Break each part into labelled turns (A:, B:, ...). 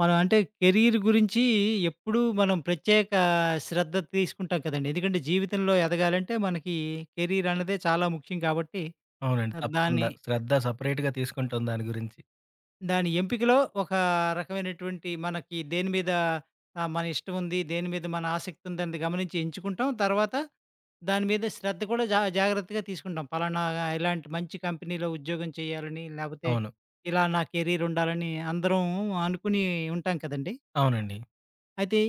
A: మనం అంటే కెరీర్ గురించి ఎప్పుడూ మనం ప్రత్యేక శ్రద్ధ తీసుకుంటాం కదండీ. ఎందుకంటే జీవితంలో ఎదగాలంటే మనకి కెరీర్ అన్నదే చాలా ముఖ్యం కాబట్టి
B: అవునండి.
A: దాని
B: తప్పకుండా. శ్రద్ధ సెపరేట్‌గా తీసుకుంటాం దాని గురించి.
A: దాని ఎంపికలో ఒక రకమైనటువంటి మనకి దేని మీద మన ఇష్టం ఉంది, దేని మీద మన ఆసక్తి ఉందన్నది గమనించి ఎంచుకుంటాం. తర్వాత దాని మీద శ్రద్ధ కూడా జాగ్రత్తగా తీసుకుంటాం. పలానా ఇలాంటి మంచి కంపెనీలో ఉద్యోగం చేయాలని, లేపోతే
B: అవును.
A: ఇలా నా కెరీర్ ఉండాలని అందరం అనుకుని ఉంటాం కదండీ.
B: అవునండి.
A: అయితే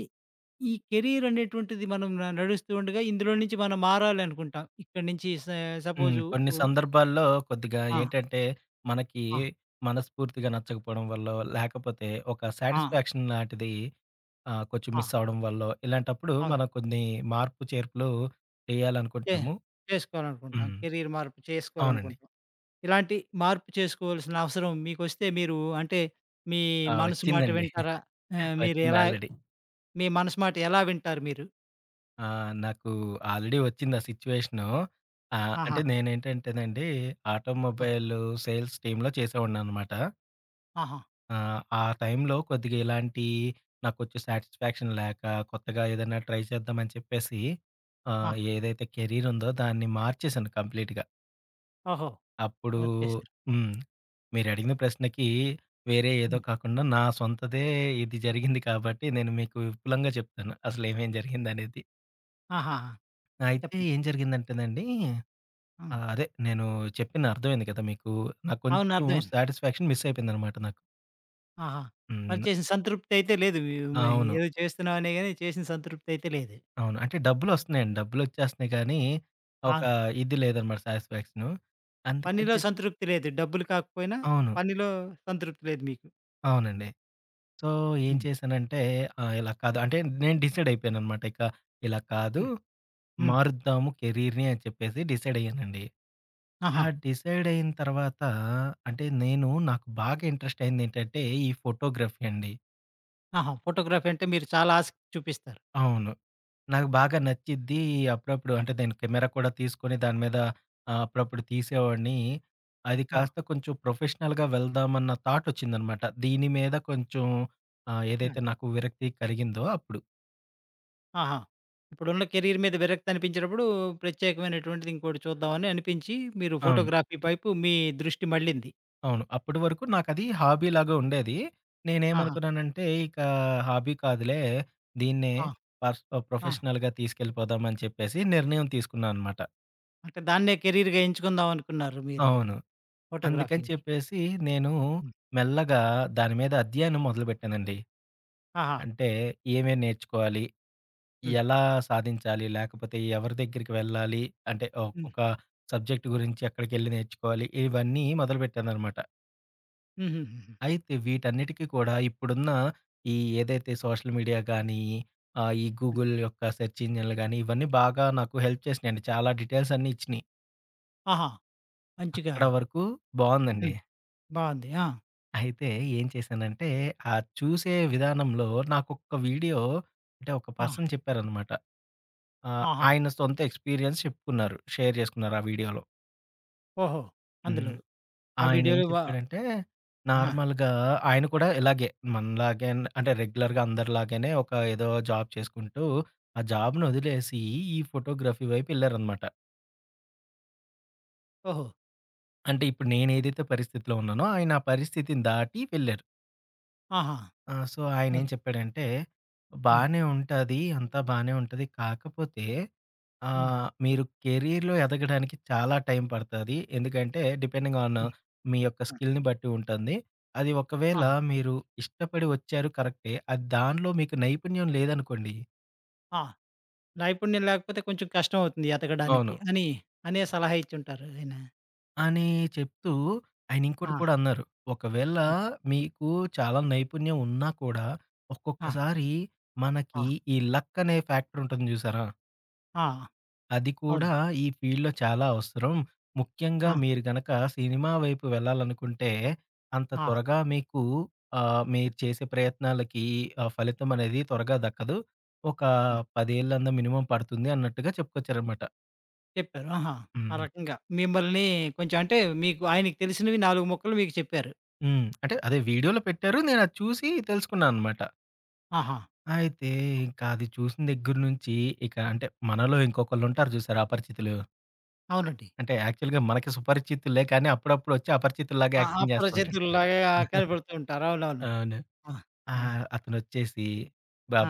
A: ఈ కెరీర్ అనేటువంటిది మనం నడుస్తూ ఉండగా ఇందులో నుంచి మనం మారాలి అనుకుంటాం. ఇక్కడి నుంచి
B: హ్మ్.
A: సపోజు
B: కొన్ని
A: ఓహ్!
B: సందర్భాల్లో కొద్దిగా
A: ఆ!
B: ఏంటంటే, మనకి
A: ఆ!
B: మనస్ఫూర్తిగా నచ్చకపోవడం వల్లో, లేకపోతే ఒక
A: ఆ!
B: సాటిస్ఫాక్షన్ లాంటిది కొంచెం
A: ఆ!
B: మిస్ అవ్వడం వల్లో, ఇలాంటప్పుడు
A: అవును.
B: మనం కొన్ని మార్పు చేర్పులు
A: చే
B: చేయాలనుకుంటాము.
A: చేసుకోవాలనుకుంటాం.
B: హ్మ్.
A: కెరీర్ మార్పు
B: అవునండి.
A: చేసుకోవాలనుకుంటాం. ఇలాంటి మార్పు చేసుకోవాల్సిన అవసరం మీకొస్తే మీరు అంటే మీ
B: ఆ!
A: మనసు మాట
B: వచ్చిందండి.
A: వింటారా? మీరు
B: వచ్చింది
A: ఎలా
B: ఆల్రెడీ.
A: మీ మనసు మాట ఎలా వింటారు మీరు?
B: ఆ! నాకు ఆల్రెడీ వచ్చింది ఆ సిట్యుయేషను.
A: ఆహా!
B: అంటే నేనేంటంటేనండి
A: ఆ!
B: ఆటోమొబైల్ సేల్స్ టీమ్‌లో చేసేవాడిననమాట.
A: ఆహా!
B: ఆ! ఆ టైంలో కొద్దిగా ఇలాంటి నాకొచ్చే సాటిస్ఫాక్షన్ లేక, కొత్తగా ఏదైనా ట్రై చేద్దామని చెప్పేసి
A: ఆ!
B: ఏదైతే కెరీర్ ఉందో దాన్ని మార్చేశాను కంప్లీట్‌గా.
A: ఓహో!
B: అప్పుడు
A: మార్చేసారు.
B: హ్మ్. మీరడిగిన ప్రశ్నకి వేరే ఏదో
A: హ్మ్.
B: కాకుండా నా సొంతదే ఇది జరిగింది కాబట్టి నేను మీకు విపులంగా చెప్తాను. అసలు ఏమేం జరిగిందనేది.
A: ఆహాహా!
B: అయితే
A: చెప్పండి.
B: ఏం జరిగిందంటేనండి
A: హ్మ్.
B: అదే నేను చెప్పిన అర్థమైంది కదా! మీకు నాకు
A: అవును.
B: కొంచెం
A: అర్థమైంది.
B: సాటిస్ఫాక్షన్ మిస్ అయిపోయిందనమాట నాకు.
A: ఆహా! పని
B: హ్మ్.
A: చేసిన సంతృప్తయితే లేదు. మీ మే
B: అవును.
A: ఏదో చేస్తున్నామనే గాని చేసిన సంతృప్తయితే లేదు.
B: అవును. అంటే డబ్బులొస్తున్నాయండి. డబ్బులొచ్చేస్తున్నాయి కానీ, ఒక
A: అవునా?
B: ఇది లేదనమాట సాటిస్ఫాక్షను. అందుకని
A: పనిలో
B: చెప్పి
A: సంతృప్తి లేదు. డబ్బులు కాకపోయినా
B: అవును.
A: పనిలో సంతృప్తి లేదు మీకు.
B: అవునండి. సో, ఏం
A: హ్మ్.
B: చేశానంటే ఇలా కాదు అంటే నేను డిసైడ్ అయిపోయాననమాట. ఇక ఇలా కాదు
A: హ్మ్. హ్మ్.
B: మారుద్దాము కెరీర్‌ని అని చెప్పేసి డిసైడ్ అయ్యానండి. ఆ
A: ఆహా!
B: డిసైడ్ అయిన తర్వాత అంటే నేను నాకు బాగా ఇంట్రెస్ట్ అయిందేంటంటే ఈ ఫోటోగ్రఫీ అండి.
A: ఆహా! ఫోటోగ్రఫీ అంటే మీరు చాలా ఆసక్తి చూపిస్తారు.
B: అవును. నాకు బాగా నచ్చిద్ది. అప్పుడప్పుడు అంటే నేను కెమెరా కూడా తీసుకొని దాని మీద అప్పుడప్పుడు తీసేవాడిని. అది
A: ఆ!
B: కాస్త కొంచెం ప్రొఫెషనల్‌గా వెళ్దామన్న థాటొచ్చిందనమాట. దీని మీద కొంచెం
A: ఆ!
B: ఏదైతే నాకు విరక్తి కలిగిందో అప్పుడు.
A: ఆహా! ఇప్పుడున్న కెరీర్ మీద విరక్తనిపించినప్పుడు ప్రత్యేకమైనటువంటిది ఇంకోటి చూద్దామని అనిపించి మీరు
B: అవును.
A: ఫోటోగ్రఫీ వైపు మీ దృష్టి మళ్ళింది.
B: అవును. అప్పటి వరకు నాకది హాబీలాగా ఉండేది.
A: ఆహా!
B: నేనేమనుకున్నానంటే ఇక హాబీ కాదులే దీన్నే
A: ఆ! ఆ!
B: ప్రొఫెషనల్‌గా తీసుకెళ్ళిపోదామని చెప్పేసి నిర్ణయం తీసుకున్నా అనమాట.
A: అంటే దాన్నే కెరీర్‌గా ఎంచుకుందాం అనుకున్నారు మీరు
B: అవును. అందుకని
A: ఫోటోగ్రఫీని.
B: చెప్పేసి నేను
A: హ్మ్.
B: మెల్లగా దాని మీద అధ్యయనం మొదలుపెట్టానండి.
A: ఆహా!
B: అంటే ఏమేం నేర్చుకోవాలి?
A: హ్మ్.
B: ఎలా సాధించాలి? లేకపోతే ఎవరి దగ్గరికి వెళ్ళాలి? అంటే
A: హ్మ్.
B: ఒక్కొక్క సబ్జెక్ట్ గురించి ఎక్కడికెళ్ళి నేర్చుకోవాలి? ఇవన్నీ మొదలుపెట్టాననమాట.
A: హుహుహుహు.
B: అయితే వీటన్నిటికి కూడా ఇప్పుడున్న ఈ ఏదైతే సోషల్ మీడియా గానీ, ఈ గూగుల్ యొక్క సెర్చ్ ఇంజిన్‌లు గానీ, ఇవన్నీ బాగా నాకు హెల్ప్ చేసినాయండి. చాలా డీటెయిల్స్ అన్నీ ఇచ్చినియి.
A: ఆహా! మంచిగా
B: అక్కడ వరకు బావుందండి.
A: హ్మ్. బావుంది. ఆ!
B: అయితే ఏం చేశానంటే, ఆ చూసే విధానంలో నాకొక్క వీడియో అంటే ఒక
A: ఆ!
B: పర్సన్ చెప్పారనమాట.
A: ఆహా!
B: ఆయన సొంత ఎక్స్‌పీరియన్స్ చెప్పుకున్నారు. షేర్ చేసుకున్నారు ఆ వీడియోలో.
A: ఓహో!
B: హ్మ్.
A: అందులో ఆ
B: ఆయనేం
A: వీడియోలో
B: చెప్పాడంటే,
A: ఆ!
B: నార్మల్‌గా ఆయన కూడా ఇలాగే మనలాగే అంటే రెగ్యులర్‌గా అందరిలాగానే ఒక ఏదో జాబ్ చేసుకుంటూ, ఆ జాబ్‌ని
A: ఆ!
B: వదిలేసి ఈ ఫోటోగ్రఫీ వైపు ఎళ్లారనమాట.
A: ఓహో!
B: అంటే ఇప్పుడు నేనేదైతే పరిస్థితిలో ఉన్నానో ఆయన ఆ పరిస్థితిని దాటి వెళ్లారు.
A: ఆహా!
B: ఆ! సో, ఆయనేం
A: ఓహ్!
B: చెప్పాడంటే,
A: హ్మ్.
B: "బానే ఉంటది. అంతా బానే ఉంటది. కాకపోతే
A: హ్మ్.
B: మీరు కెరీర్‌లో ఎదగడానికి చాలా టైం పడతది. ఎందుకంటే డిపెండింగ్ ఆన్
A: హ్మ్.
B: మీ యొక్క
A: ఆ!
B: స్కిల్‌ని బట్టి ఉంటుంది. అది ఒకవేళ
A: ఆహా!
B: మీరు ఇష్టపడి వచ్చారు కరెక్టే. అది దానిలో మీకు నైపుణ్యం లేదనుకోండి"
A: ఆ! నైపుణ్యం లేకపోతే కొంచెం కష్టం అవుతుంది ఎతకడానికి
B: అవును.
A: అని అనే సలహా ఇచ్చుంటారు ఆయన.
B: అని చెప్తూ ఆయన ఇంకోటి
A: ఆ!
B: కూడా అన్నారు. "ఒకవేళ
A: హ్మ్.
B: మీకు చాలా నైపుణ్యం ఉన్నా కూడా
A: ఆ!
B: ఒక్కొక్కసారి
A: ఆ!
B: మనకి ఈ లక్ అనే ఫ్యాక్టర్ ఉంటుంది చూసారా?"
A: ఆ!
B: అది కూడా
A: అవును.
B: ఈ ఫీల్డ్‌లో చాలా అవసరం. ముఖ్యంగా
A: ఆ!
B: మీరు గనక సినిమా వైపు వెళ్ళాలనుకుంటే, అంత
A: ఆ!
B: త్వరగా మీకు మీరు చేసే ప్రయత్నాలకి ఫలితం అనేది త్వరగా దక్కదు. ఒక
A: ఆ!
B: 10 ఏళ్ళన్నా మినిమమ్ పడుతుంది అన్నట్టుగా చెప్పుకొచ్చారనమాట.
A: చెప్పారు. ఆహా! ఆ
B: హ్మ్.
A: రకంగా మిమ్మల్ని కొంచెం అంటే మీకు ఆయనకి తెలిసినవి నాలుగు ముక్కలు మీకు చెప్పారు.
B: హ్మ్. అంటే అదే వీడియోలో పెట్టారు. నేనది చూసి తెలుసుకున్నా అనమాట.
A: ఆహా!
B: అయితే
A: ఓహ్!
B: ఇంకా అది చూసిన దగ్గర నుంచి ఇక అంటే మనలో ఇంకొకళ్ళుంటారు చూసారా అపరిచితులు.
A: అవునండి.
B: అంటే యాక్చువల్‌గా మనకి సుపరిచితులే కానీ అప్పుడప్పుడొచ్చి అపరిచితుల్లాగా
A: ఆ!
B: యాక్టింగ్ చేస్తుంటాడు.
A: అపరిచితుల్లాగా కనపడుతూ ఉంటారు. అవునవును.
B: అవును.
A: ఆ! ఆ!
B: అతనొచ్చేసి,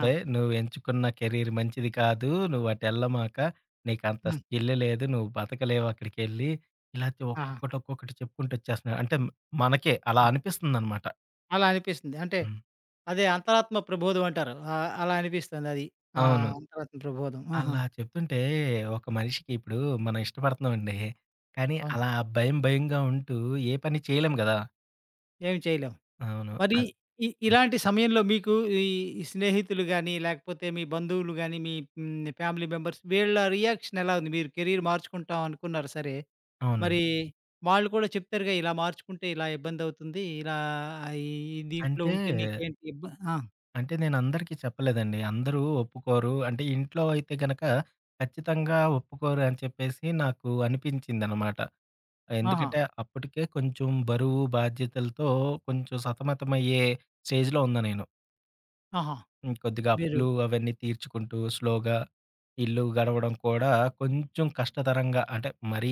A: ఆ!
B: నువ్వెంచుకున్న కెరీర్ మంచిది కాదు. నువ్వటెళ్ళమాక. నీకంత
A: హ్మ్.
B: స్కిల్ లేదు. నువ్వు బతకలేవక్కడికెళ్ళి." ఇలా
A: ఆ!
B: ఒక్కొక్కటి, ఒక్కొక్కటి చెప్పుకుంటొచ్చేస్తున్నాడు. అంటే మనకే అలా
A: ఆ!
B: అనిపిస్తుందనమాట.
A: అలా అనిపిస్తుంది. అంటే
B: హ్మ్.
A: అదే అంతరాత్మ ప్రబోధం అంటారు. అలా అనిపిస్తుందది. ఆ
B: అవును.
A: అంతరాత్మ ప్రబోధం. ఆహా!
B: అలా చెప్తుంటే ఒక మనిషికి ఇప్పుడు మనం ఇష్టపడుతున్నామండి. కానీ
A: అవును.
B: అలా భయం, భయంగా ఉంటూ ఏ పని చేయలేం గదా!
A: ఏమి చేయలేం.
B: అవును.
A: మరి
B: అది హ్మ్.
A: ఇలాంటి సమయంలో మీకు ఈ ఈ స్నేహితులు గాని, లేకపోతే మీ బంధువులు గాని, మీ ఫ్యామిలీ మెంబర్స్ వీళ్ళ రియాక్షన్ ఎలా ఉంది? మీరు కెరీర్ మార్చుకుంటాం అనుకున్నారు సరే.
B: అవునండి.
A: మరి వాళ్ళు కూడా చెప్తారుగా ఇలా మార్చుకుంటే ఇలా ఇబ్బందవుతుంది. ఇలా ఈ దీంట్లో
B: అంటే
A: ఉంటే నీకేంటి ఇబ్బ ఆ!
B: అంటే నేనందరికీ చెప్పలేదండి. అందరూ ఒప్పుకోరు. అంటే ఇంట్లో అయితే గనక ఖచ్చితంగా ఒప్పుకోరు అని చెప్పేసి నాకు అనిపించిందనమాట.
A: ఆహా!
B: ఎందుకంటే అప్పటికే కొంచెం బరువు, బాధ్యతలతో కొంచెం సతమతమయ్యే స్టేజ్‌లో ఉన్నా నేను.
A: ఆహా!
B: హ్మ్. కొద్దిగా
A: మీరు
B: అప్పులు అవన్నీ తీర్చుకుంటూ స్లోగా ఇల్లు గడవడం కూడా కొంచెం కష్టతరంగా అంటే మరీ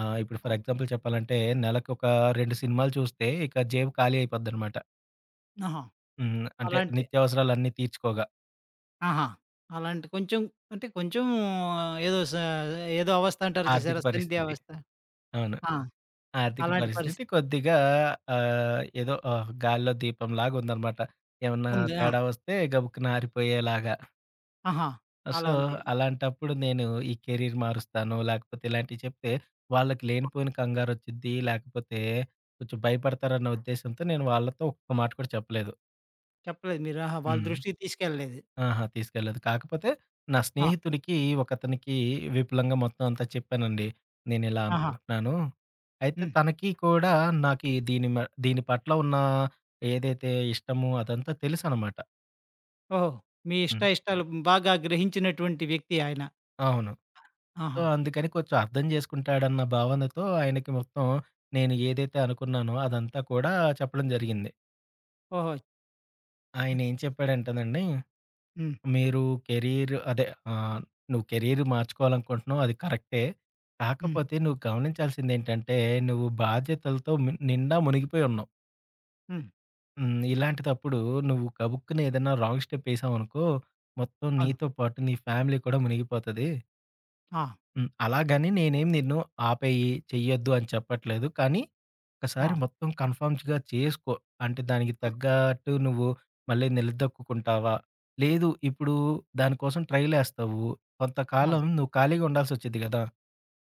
B: ఇప్పుడు
A: ఆ!
B: ఫర్ ఎగ్జాంపుల్ చెప్పాలంటే నెలకొక 2 సినిమాలు చూస్తే ఇక జేబు ఖాళీ అయిపోద్దనమాట.
A: ఆహా!
B: హ్మ్. అంటే
A: అలాంటి
B: నిత్యావసరాలన్నీ తీర్చుకోగా
A: ఆహా! అలాంటి కొంచెం అంటే కొంచెం ఏదో ఏదో అవస్థ అంటారు
B: ఆర్థిక
A: చూసారా? సంధ్య
B: పరిస్థితి.
A: అవస్థ.
B: అవును.
A: ఆ!
B: ఆర్థిక
A: అలాంటి
B: పరిస్థితి
A: పరిస్థితి
B: కొద్దిగా ఏదో గాల్లో దీపంలాగా ఉందనమాట. ఏమన్నా
A: ఉంది. ఆ!
B: తేడా వస్తే గబుక్కున ఆరిపోయేలాగా.
A: ఆహా!
B: సో,
A: అలా ఉంది.
B: అలాంటప్పుడు నేను ఈ కెరీర్ మారుస్తాను, లేకపోతే ఇలాంటివి చెప్తే వాళ్ళకి లేనిపోయిన కంగారొచ్చిద్ది, లేకపోతే కొంచెం భయపడతారన్న ఉద్దేశంతో నేను వాళ్ళతో ఒక్క మాట కూడా చెప్పలేదు.
A: చెప్పలేదు మీరు. ఆహా! వాళ్ళ
B: హ్మ్.
A: దృష్టికి తీసుకెళ్ళలేదు.
B: ఆహా! తీసుకెళ్ళలేదు. కాకపోతే నా
A: ఆ!
B: స్నేహితుడికి ఒకతనికి విపులంగా మొత్తం అంతా చెప్పానండి. నేనిలా
A: ఆహా!
B: అనుకుంటున్నాను. అయితే
A: హ్మ్.
B: తనకి కూడా నాకి దీని పట్ల ఉన్న ఏదైతే ఇష్టమో అదంతా తెలుసనమాట.
A: ఓహో! మీ
B: హ్మ్.
A: ఇష్టాలు బాగా గ్రహించినటువంటి వ్యక్తి ఆయన.
B: అవును. సో,
A: ఆహా!
B: అందుకని కొంచెం అర్థం చేసుకుంటాడన్న భావనతో ఆయనకి మొత్తం నేను ఏదైతే అనుకున్నానో అదంతా కూడా చెప్పడం జరిగింది.
A: ఓహో!
B: ఆయనేం చెప్పాడంటేనండి
A: హ్మ్.
B: మీరు కెరీర్ అదే ఆహ్, నువ్వు కెరీర్ మార్చుకోవాలనుకుంటున్నావు అది కరెక్టే.
A: హ్మ్.
B: కాకపోతే నువ్వు గమనించాల్సిందేంటంటే, నువ్వు బాధ్యతలతో నిండా మునిగిపోయి ఉన్నావు.
A: హ్మ్.
B: హ్మ్. ఇలాంటిదప్పుడు నువ్వు గబుక్కున ఏదైనా రాంగ్ స్టెప్ ఏసావనుకో, మొత్తం
A: అవును.
B: నీతో పాటు నీ ఫ్యామిలీ కూడా మునిగిపోతది.
A: ఆ!
B: హ్మ్. అలాగని నేనేం నిన్ను ఆపేయి, చెయ్యొద్దు అని చెప్పట్లేదు. కానీ,
A: ఆ!
B: ఒక్కసారి మొత్తం కన్ఫర్మ్స్‌గా చేసుకో. అంటే దానికి
A: ఆ!
B: తగ్గట్టు నువ్వు మళ్ళీ నిలదొక్కుకుంటావా? లేదు ఇప్పుడు దానికోసం ట్రైలేస్తావు.
A: అవును.
B: కొంతకాలం నువ్వు ఖాళీగా ఉండాల్సొచ్చిద్ది గదా!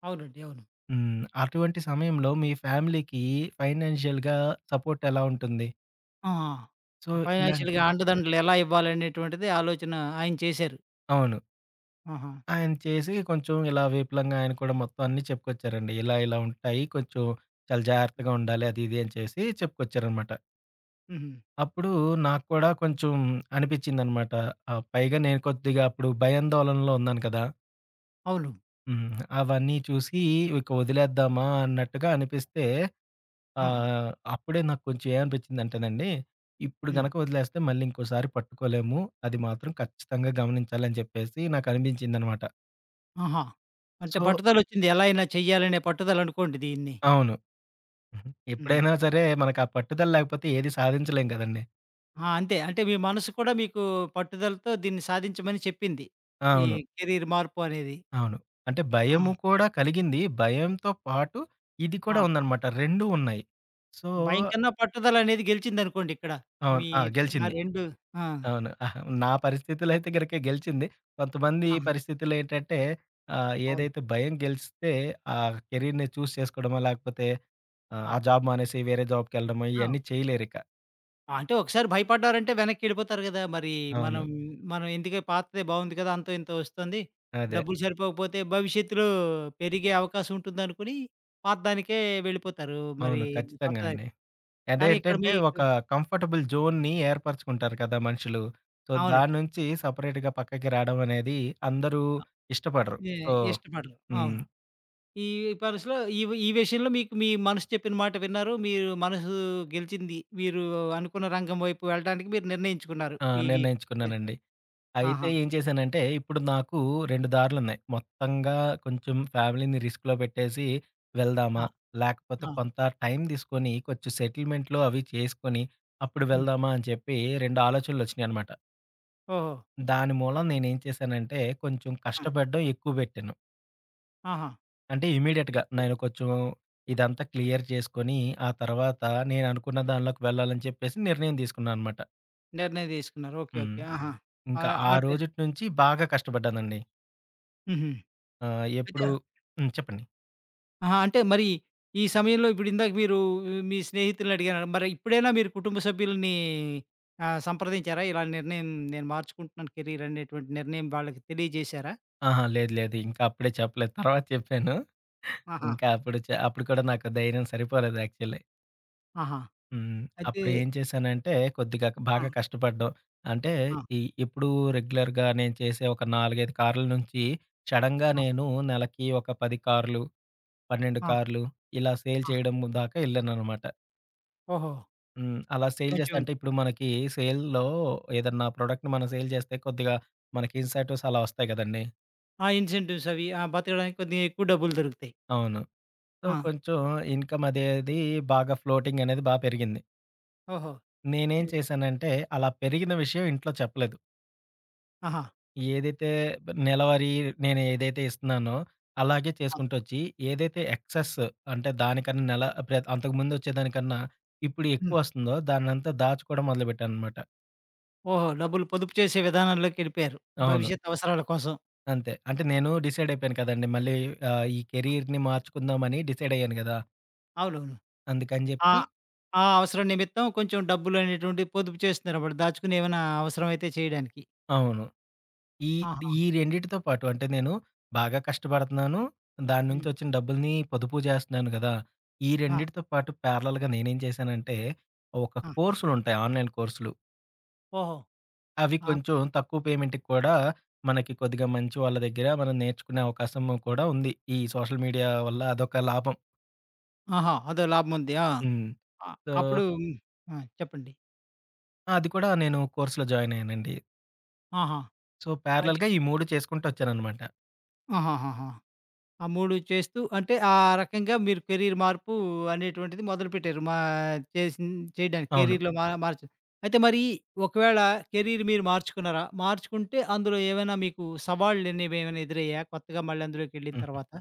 A: అవునండి. అవును.
B: హ్మ్. అటువంటి సమయంలో మీ ఫ్యామిలీకి ఫైనాన్షియల్‌గా సపోర్ట్ ఎలా ఉంటుంది?
A: ఆ!
B: సో, ఇలాంటి
A: ఫైనాన్షియల్‌గా అండదండలు ఎలా ఇవ్వాలనేటువంటిది ఆలోచన ఆయన చేశారు.
B: అవును.
A: ఆహా!
B: ఆయన చేసి కొంచెం ఇలా విపులంగా ఆయన కూడా మొత్తం అన్నీ చెప్పుకొచ్చారండి. ఇలా ఇలా ఉంటాయి. కొంచెం చాలా జాగ్రత్తగా ఉండాలి. అది ఇది అని చేసి చెప్పుకొచ్చారనమాట.
A: హుహు.
B: అప్పుడు నాకు కూడా కొంచెం అనిపించిందనమాట. పైగా నేను కొద్దిగా అప్పుడు భయాందోళనలో ఉన్నాను కదా!
A: అవును.
B: హ్మ్. అవన్నీ చూసి ఇక వదిలేద్దామా అన్నట్టుగా అనిపిస్తే
A: ఆహా!
B: అప్పుడే నాకు కొంచెం ఏమనిపించిందంటేనండి. ఇప్పుడు
A: హ్మ్.
B: గనక వదిలేస్తే మళ్ళీ ఇంకోసారి పట్టుకోలేము. అది మాత్రం ఖచ్చితంగా గమనించాలని చెప్పేసి నాకు అనిపించిందనమాట.
A: ఆహా! అంటే
B: సో
A: పట్టుదలొచ్చింది. ఎలా అయినా చెయ్యాలనే పట్టుదలనుకోండి దీన్ని.
B: అవును.
A: హ్మ్.
B: ఎప్పుడైనా సరే మనకు ఆ పట్టుదల లేకపోతే ఏది సాధించలేం కదండీ.
A: ఆ! అంతే. అంటే మీ మనసు కూడా మీకు పట్టుదలతో దీన్ని సాధించమని చెప్పింది.
B: ఆ!
A: ఈ
B: అవును.
A: కెరీర్ మార్పు అనేది.
B: అవును. అంటే
A: ఆ!
B: భయము కూడా కలిగింది. భయంతో పాటు ఇది
A: ఆ!
B: కూడా ఉందనమాట. 2 ఉన్నాయి. సో
A: భయం కన్నా పట్టుదలనేది గెలిచిందనుకోండిక్కడ.
B: అవును.
A: మీ
B: ఆ!
A: ఆ
B: గెలిచింది.
A: 2 ఆ!
B: అవును. అహా! నా పరిస్థితులో అయితే గనక గెలిచింది. కొంతమంది
A: ఆ!
B: పరిస్థితుల్లో ఏంటంటే
A: అవును.
B: ఏదైతే భయం గెలిస్తే ఆ కెరీర్‌ని చేసుకోవడమో లేకపోతే ఆ
A: ఆ!
B: జాబ్ మానేసి వేరే జాబ్‌కెళ్ళడమో
A: ఆ!
B: ఇయన్నీ చేయలేరిక.
A: ఆ, అంటే ఒకసారి భయపడ్డారంటే వెనక్కెళ్ళిపోతారు గదా! మరి
B: అవును.
A: మనం మనం ఎందుకే పాతదే బావుంది కదా! అంతో ఇంతో వస్తుంది.
B: అదే.
A: డబ్బులు సరిపోకపోతే భవిష్యత్తులో పెరిగే అవకాశం ఉంటుందనుకుని పాతదానికే వెళ్ళిపోతారు. మరి
B: అవును. ఖచ్చితంగా
A: కొత్తదానికి.
B: అండి.
A: కానీ ఇక్కడ
B: అదేంటంటే ఒక
A: మీకు
B: కంఫర్టబుల్ జోన్‌ని ఏర్పరచుకుంటారు కదా! మనుషులు. సో, దాని
A: అవునండి.
B: నుంచి సెపరేట్‌గా పక్కకి రావడం అనేది అందరూ
A: ఆహ్,
B: ఇష్టపడరు.
A: ఇ
B: సో
A: ఇష్టపడరు.
B: హ్మ్.
A: అవును. ఈ పరస్‌లో ఈ ఈ విషయంలో మీకు మీ మనసు చెప్పిన మాట విన్నారు. మీరు మనసు గెలిచింది. మీరు అనుకున్న రంగం వైపు వెళ్ళడానికి మీరు నిర్ణయించుకున్నారు.
B: ఆ!
A: ఈ
B: నిర్ణయించుకున్నానండి. అయితే
A: ఆహా!
B: ఏం చేశానంటే, ఇప్పుడు నాకు 2 దారులున్నాయి. మొత్తంగా కొంచెం ఫ్యామిలీని రిస్క్‌లో పెట్టేసి
A: ఆ!
B: వెళ్దామా? లేకపోతే
A: ఆ!
B: కొంత టైం తీసుకొని కొంచెం సెటిల్‌మెంట్‌లు అవి చేసుకొని అప్పుడు
A: హ్మ్.
B: వెళ్దామా అని చెప్పి 2 ఆలోచనలొచ్చినాయనమాట.
A: ఓహో!
B: దాని మూలం నేనేం చేశానంటే కొంచెం
A: ఆ!
B: కష్టపడడం ఎక్కువ పెట్టాను.
A: ఆహా!
B: అంటే ఇమ్మీడియేట్‌గా
A: ఎక్కువ
B: నేను కొంచెం
A: ఆ!
B: ఇదంతా క్లియర్ చేసుకొని, ఆ తర్వాత నేను అనుకున్న దానిలోకి వెళ్ళాలని చెప్పేసి నిర్ణయం తీసుకున్నాననమాట.
A: నిర్ణయం తీసుకున్నారు. ఓకే.
B: హ్మ్.
A: ఓకే. ఆ! ఆహా!
B: ఇంకా ఆ
A: ఆ టై
B: రోజుటి నుంచి బాగా కష్టపడ్డానండి.
A: హుహు. అయితే
B: ఎప్పుడు హ్మ్. చెప్పండి.
A: ఆహా! అంటే మరి ఈ సమయంలో ఇప్పుడు ఇందాక మీరు మీ స్నేహితుల్ని అడిగారు. మరి ఇప్పుడైనా మీరు కుటుంబ సభ్యులని సంప్రదించారా? ఇలా నిర్ణయం నేను మార్చుకుంటున్నాను కెరీర్ అనేటువంటి నిర్ణయం వాళ్ళకి తెలియజేశారా?
B: అహా! లేదు, లేదు. ఇంకా అప్పుడే చెప్పలేదు. తర్వాత చెప్పాను.
A: ఆహా!
B: ఇంకా అప్పుడు అప్పుడు కూడా నాకు ధైర్యం సరిపోలేదు యాక్చువల్లీ.
A: ఆహా!
B: హ్మ్.
A: అయితే
B: అప్పుడు ఏం చేశానంటే కొద్దిగా
A: ఆ!
B: బాగా కష్టపడ్డం. అంటే
A: ఆ!
B: ఈ ఇప్పుడు రెగ్యులర్‌గా నేను చేసే ఒక 4, 5 కార్ల నుంచి సడెన్‌గా
A: ఆ!
B: నేను నెలకి ఒక 10 కార్లు 12
A: ఆ!
B: కార్లు ఇలా సేల్
A: ఆ!
B: చేయడం దాకా ఎళ్ళాననమాట.
A: ఓహో!
B: హ్మ్. అలా సేల్ చేస్తే
A: కొంచెం
B: అంటే ఇప్పుడు మనకి సేల్‌లో ఏదన్నా ప్రొడక్ట్‌ని మనం సేల్ చేస్తే కొద్దిగా మనకి ఇన్సెంటివ్స్ అలా వస్తాయి కదండీ!
A: ఆ ఇన్సెంటివ్స్ అవి ఆ! బతకడానికి కొద్దిగా ఎక్కువ డబ్బులు దొరుకుతాయి.
B: అవును. సో,
A: ఆ!
B: కొంచెం ఇన్‌కమ్ అదేది బాగా ఫ్లోటింగ్ అనేది పెరిగింది.
A: ఓహో!
B: నేనేం
A: ఇన్‌కమ్
B: చేశానంటే అలా పెరిగిన విషయం ఇంట్లో చెప్పలేదు.
A: ఆహా!
B: ఏదైతే నెలవారీ నేను ఏదైతే ఇస్తున్నానో అలాగే
A: ఆ!
B: చేసుకుంటొచ్చి ఏదైతే ఎక్సెస్ అంటే దానికన్నా నెల అంతకుముందు వచ్చేదానికన్నా ఇప్పుడు ఎక్కువ
A: హ్మ్.
B: వస్తుందో దాన్నంతా దాచుకోవడం మొదలుపెట్టాననమాట.
A: ఓహో! డబ్బులు పొదుపు చేసే విధానంలోకెళ్ళిపోయారు.
B: అవును.
A: భవిష్యత్ అవసరాల కోసం.
B: అంతే. అంటే నేను డిసైడ్ అయిపోయాను కదండీ! మళ్ళీ ఈ కెరియర్‌ని మార్చుకుందామని డిసైడ్ అయ్యాను గదా!
A: అవునవును.
B: అందుకని
A: ఆ!
B: జెప్పి
A: ఆ అవసరం నిమిత్తం కొంచెం డబ్బులు అనేటువంటివి పొదుపు చేస్తున్నారన్నమాట. దాచుకుని ఏమైనా అవసరం అయితే చేయడానికి.
B: అవును. ఈ
A: ఆహా!
B: ఈ రెండిటితో పాటు అంటే నేను బాగా
A: ఆ!
B: కష్టపడుతున్నాను. దాని నుంచి
A: హ్మ్.
B: వచ్చిన డబ్బుల్ని పొదుపు జేస్తున్నాను గదా! ఈ
A: ఆ!
B: రెండిటితో పాటు ప్యారలల్‌గా నేనేం చేశానంటే, ఒక
A: ఆ!
B: కోర్సులుంటాయి ఆన్‌లైన్ కోర్సులు.
A: ఓహో!
B: అవి
A: ఆ!
B: కొంచెం తక్కువ పేమెంట్‌కి కూడా మనకి కొద్దిగా మంచి వాళ్ళ దగ్గర మనం నేర్చుకునే అవకాశం కూడా ఉంది. ఈ సోషల్ మీడియా వల్ల అదొక లాభం.
A: ఆహా! అదో లాభం ఉంది. ఆ!
B: హ్మ్.
A: ఆ!
B: సో
A: అప్పుడు హ్మ్. ఆ! చెప్పండి.
B: ఆ! అది కూడా నేను కోర్స్‌లో జాయిన్ అయ్యానండి.
A: ఆహా!
B: సో,
A: మంచి
B: ప్యారలెల్‌గా ఈ 3 చేసుకుంటూ వచ్చాననమాట.
A: ఆహాహాహా! ఆ 3 చేస్తూ అంటే ఆ రకంగా మీరు కెరీర్ మార్పు అనేటువంటిది మొదలుపెట్టారు. మా చేసిన్ చేయడానికి
B: అవును.
A: కెరీర్‌లో మా మార్చు అయితే మరి ఒకవేళ కెరీర్ మీరు మార్చుకున్నారా? మార్చుకుంటే అందులో ఏమైనా మీకు సవాళ్ళనేవేమైనా ఎదురయ్యాయా? కొత్తగా మళ్ళీ అందులోకెళ్ళిన
B: హ్మ్.
A: తర్వాత?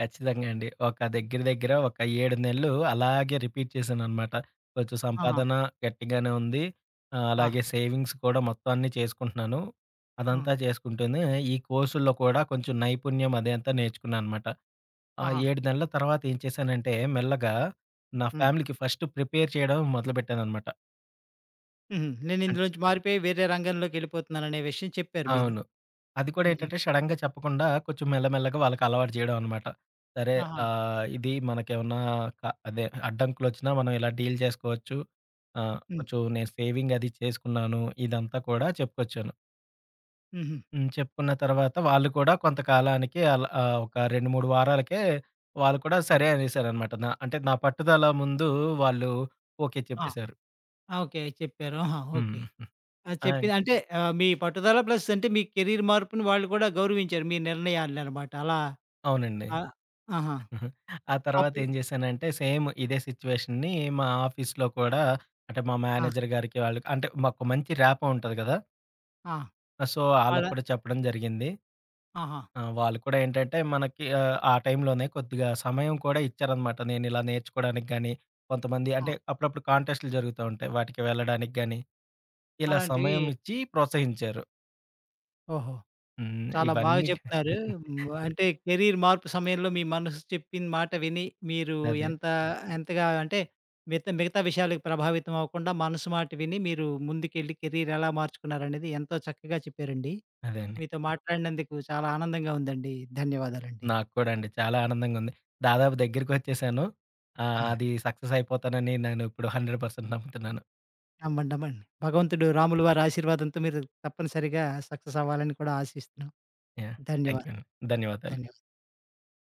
B: ఖచ్చితంగా అండి. ఒక దగ్గర దగ్గర ఒక 7 నెలలు అలాగే రిపీట్ చేశాననమాట. కొంచెం
A: ఆహా!
B: సంపాదన గట్టిగానే ఉంది.
A: ఆ!
B: అలాగే సేవింగ్స్ కూడా మొత్తం అన్నీ చేసుకుంటున్నాను. అదంతా
A: ఆహా!
B: చేసుకుంటూనే ఈ కోర్సుల్లో కూడా కొంచెం నైపుణ్యం అదే అంతా నేర్చుకున్నాననమాట. ఆ
A: ఆహా!
B: 7 నెలల తర్వాత ఏం చేశానంటే మెల్లగా నా
A: హ్మ్.
B: ఫ్యామిలీకి ఫస్ట్ ప్రిపేర్ చేయడం మొదలుపెట్టాననమాట.
A: హుహు. నేను
B: అన్
A: ఇందులోంచి మారిపోయి వేరే రంగంలోకెళ్ళిపోతున్నాననే విషయం చెప్పారు మీరు.
B: అవును. అది కూడా
A: హుహు.
B: ఏంటంటే సడెన్‌గా చెప్పకుండా కొంచెం మెల్లమెల్లగా వాళ్ళకలవాటు చేయడం అనమాట. సరే
A: ఆహా!
B: ఇది మనకేమన్నా క అదే అడ్డంకులొచ్చినా మనం ఇలా డీల్ చేసుకోవచ్చు.
A: హ్మ్.
B: కొంచెం నేను సేవింగ్ అది చేసుకున్నాను. ఇదంతా కూడా చెప్పుకొచ్చాను.
A: హుహు.
B: హ్మ్. చెప్పుకున్న తర్వాత వాళ్ళు కూడా కొంతకాలానికి అలా ఒక 2, 3 వారాలకే వాళ్ళు కూడా
A: హ్మ్.
B: సరే అనేసారనమాట. నా పట్టుదల ముందు వాళ్ళు ఓకే
A: ఆ!
B: చెప్పేసారు.
A: ఆ! ఓకే. చెప్పారు. ఆహా!
B: హ్మ్.
A: ఓకే. ఆ!
B: ఆ!
A: చెప్పింది అంటే మీ పట్టుదల ప్లస్ అంటే మీ కెరీర్ మార్పుని వాళ్ళు కూడా గౌరవించారు. మీ నిర్ణయాలనమాట. అలా
B: అవునండి.
A: ఆహ్, ఆహా!
B: హుహు. ఆ తర్వాత
A: అప్పుడు
B: ఏం జేశానంటే, సేమ్ ఇదే సిట్యుయేషన్‌ని మా ఆఫీస్‌లో కూడా అంటే, మా
A: ఆ!
B: మేనేజర్ గారికి వాళ్ళకి అంటే, మాకు మంచి ర్యాపో ఉంటది గదా!
A: ఆ!
B: సో,
A: వాళ్ళ
B: ఆళ్ళకి కూడా చెప్పడం జరిగింది.
A: ఆహా!
B: వాళ్ళు కూడా ఏంటంటే, మనకి ఆ టైంలోనే కొద్దిగా సమయం కూడా ఇచ్చారనమాట. నేనిలా నేర్చుకోవడానికి గానీ, కొంతమంది
A: ఆ!
B: అంటే, అప్పుడప్పుడు కాంటెస్ట్‌లు జరుగుతా ఉంటాయి. వాటికి వెళ్ళడానికి గానీ, ఇలా
A: అలాంటివి
B: సమయం ఇచ్చి ప్రోత్సహించారు.
A: ఓహో!
B: హ్మ్.
A: చాలా బాగా
B: ఇవన్నీ
A: చెప్తున్నారు. హ్మ్. అంటే కెరీర్ మార్పు సమయంలో మీ మనసు చెప్పిన మాట విని మీరు
B: అదే.
A: ఎంత ఎంతగా అంటే మిగతా మిగతా విషయాలకు ప్రభావితం అవ్వకుండా మనసు మాట విని మీరు ముందుకెళ్ళి కెరీర్ ఎలా మార్చుకున్నారనేది ఎంతో చక్కగా చెప్పారండి.
B: అదే అండి.
A: మీతో మాట్లాడినందుకు చాలా ఆనందంగా ఉందండి. ధన్యవాదాలండి.
B: నాకు కూడా అండి. చాలా ఆనందంగా ఉంది. దాదాపు దగ్గరికొచ్చేసాను.
A: ఆ!
B: అది సక్సెస్ అయిపోతానని నేను ఇప్పుడు 100% నమ్ముతున్నాను.
A: నమ్మండి. నమ్మండి. భగవంతుడు రాముల వారి ఆశీర్వాదంతో మీరు తప్పనిసరిగా సక్సెస్ అవ్వాలని కూడా ఆశిస్తున్నాం.
B: యాహ్! థాంక్యూ
A: ధన్యవాదాలు.
B: అండి. ధన్యవాదాలు.
A: ధన్యవాదాలు.